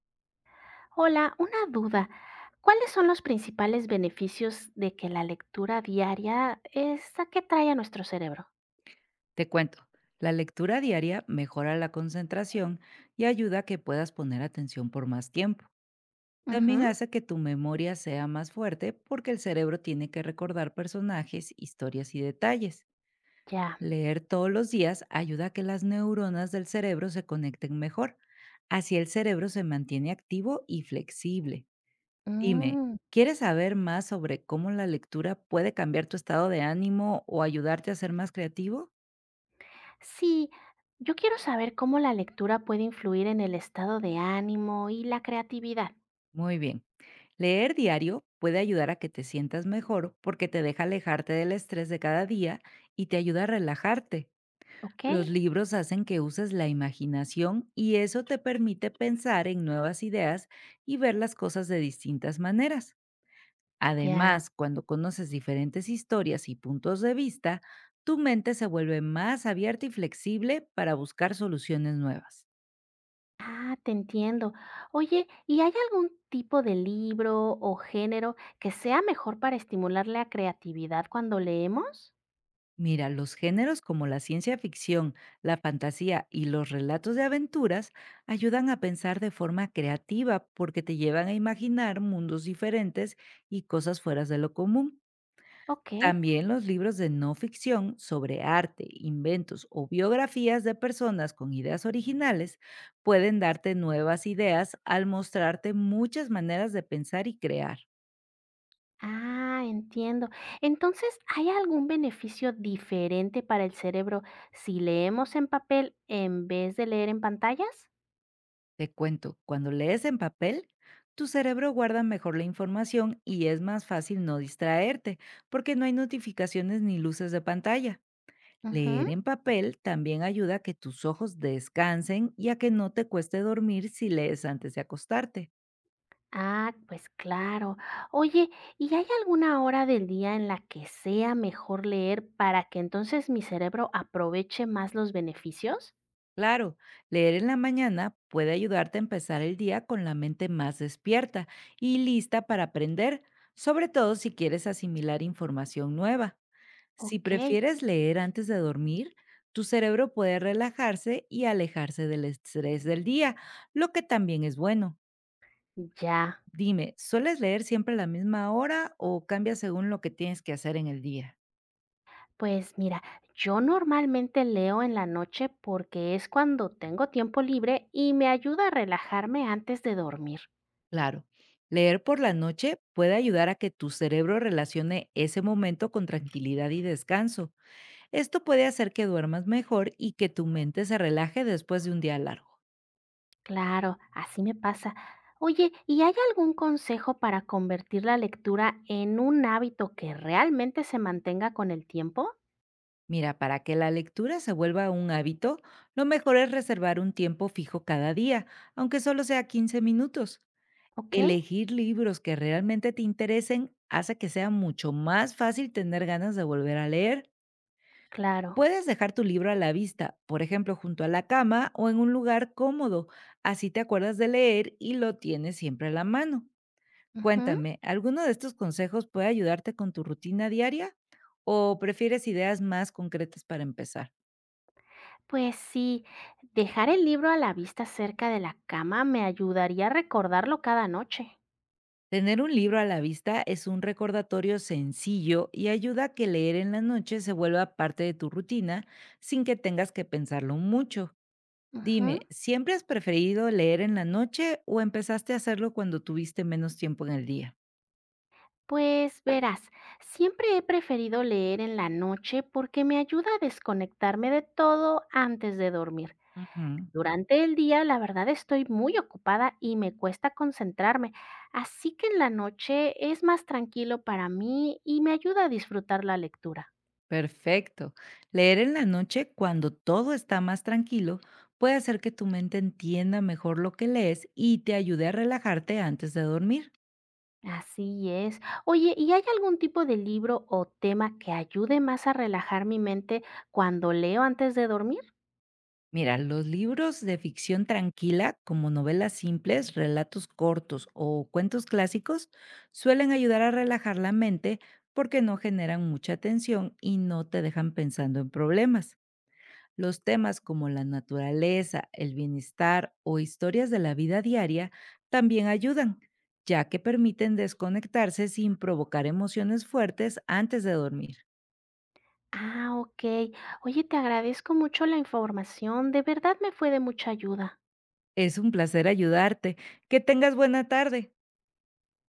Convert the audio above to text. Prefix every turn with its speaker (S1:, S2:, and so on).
S1: Hola, una duda. ¿Cuáles son los principales beneficios de que la lectura diaria es la que trae a nuestro cerebro?
S2: Te cuento, la lectura diaria mejora la concentración y ayuda a que puedas poner atención por más tiempo. También
S1: Ujú.
S2: hace que tu memoria sea más fuerte porque el cerebro tiene que recordar personajes, historias y detalles.
S1: Ya.
S2: Leer todos los días ayuda a que las neuronas del cerebro se conecten mejor. Así el cerebro se mantiene activo y flexible. Dime,
S1: Mm.
S2: ¿quieres saber más sobre cómo la lectura puede cambiar tu estado de ánimo o ayudarte a ser más creativo?
S1: Sí, yo quiero saber cómo la lectura puede influir en el estado de ánimo y la creatividad.
S2: Muy bien. Leer diario puede ayudar a que te sientas mejor porque te deja alejarte del estrés de cada día y te ayuda a relajarte.
S1: ¿Ok?
S2: Los libros hacen que uses la imaginación y eso te permite pensar en nuevas ideas y ver las cosas de distintas maneras.
S1: Ya.
S2: Además, cuando conoces diferentes historias y puntos de vista, tu mente se vuelve más abierta y flexible para buscar soluciones nuevas.
S1: Ah, te entiendo. Oye, ¿y hay algún tipo de libro o género que sea mejor para estimular la creatividad cuando leemos?
S2: Mira, los géneros como la ciencia ficción, la fantasía y los relatos de aventuras ayudan a pensar de forma creativa porque te llevan a imaginar mundos diferentes y cosas fuera de lo común.
S1: Ok.
S2: También los libros de no ficción sobre arte, inventos o biografías de personas con ideas originales pueden darte nuevas ideas al mostrarte muchas maneras de pensar y crear.
S1: Ah, entiendo. Entonces, ¿hay algún beneficio diferente para el cerebro si leemos en papel en vez de leer en pantallas?
S2: Te cuento, cuando lees en papel, tu cerebro guarda mejor la información y es más fácil no distraerte, porque no hay notificaciones ni luces de pantalla. Leer
S1: Ujú.
S2: en papel también ayuda a que tus ojos descansen y a que no te cueste dormir si lees antes de acostarte.
S1: Ah, pues claro. Oye, ¿y hay alguna hora del día en la que sea mejor leer para que entonces mi cerebro aproveche más los beneficios?
S2: Claro, leer en la mañana puede ayudarte a empezar el día con la mente más despierta y lista para aprender, sobre todo si quieres asimilar información nueva. Si
S1: Ok,
S2: prefieres leer antes de dormir, tu cerebro puede relajarse y alejarse del estrés del día, lo que también es bueno.
S1: ya.
S2: Dime, ¿sueles leer siempre a la misma hora o cambia según lo que tienes que hacer en el día?
S1: Pues mira, yo normalmente leo en la noche porque es cuando tengo tiempo libre y me ayuda a relajarme antes de dormir.
S2: Claro, leer por la noche puede ayudar a que tu cerebro relacione ese momento con tranquilidad y descanso. Esto puede hacer que duermas mejor y que tu mente se relaje después de un día largo.
S1: Claro, así me pasa. Oye, ¿y hay algún consejo para convertir la lectura en un hábito que realmente se mantenga con el tiempo?
S2: Mira, para que la lectura se vuelva un hábito, lo mejor es reservar un tiempo fijo cada día, aunque solo sea 15 minutos.
S1: Ok,
S2: Elegir libros que realmente te interesen hace que sea mucho más fácil tener ganas de volver a leer.
S1: claro.
S2: Puedes dejar tu libro a la vista, por ejemplo, junto a la cama o en un lugar cómodo. Así te acuerdas de leer y lo tienes siempre a la mano.
S1: Ujú.
S2: Cuéntame, ¿alguno de estos consejos puede ayudarte con tu rutina diaria? ¿O prefieres ideas más concretas para empezar?
S1: Pues sí, dejar el libro a la vista cerca de la cama me ayudaría a recordarlo cada noche.
S2: Tener un libro a la vista es un recordatorio sencillo y ayuda a que leer en la noche se vuelva parte de tu rutina sin que tengas que pensarlo mucho.
S1: Ujú.
S2: Dime, ¿siempre has preferido leer en la noche o empezaste a hacerlo cuando tuviste menos tiempo en el día?
S1: Pues verás, siempre he preferido leer en la noche porque me ayuda a desconectarme de todo antes de dormir.
S2: Ujú.
S1: Durante el día, la verdad, estoy muy ocupada y me cuesta concentrarme, así que en la noche es más tranquilo para mí y me ayuda a disfrutar la lectura.
S2: Perfecto. Leer en la noche cuando todo está más tranquilo puede hacer que tu mente entienda mejor lo que lees y te ayude a relajarte antes de dormir.
S1: Así es. Oye, ¿y hay algún tipo de libro o tema que ayude más a relajar mi mente cuando leo antes de dormir?
S2: Mira, los libros de ficción tranquila, como novelas simples, relatos cortos o cuentos clásicos, suelen ayudar a relajar la mente porque no generan mucha tensión y no te dejan pensando en problemas. Los temas como la naturaleza, el bienestar o historias de la vida diaria también ayudan, ya que permiten desconectarse sin provocar emociones fuertes antes de dormir.
S1: Ah, ok. Oye, te agradezco mucho la información. De verdad me fue de mucha ayuda.
S2: Es un placer ayudarte. Que tengas buena tarde.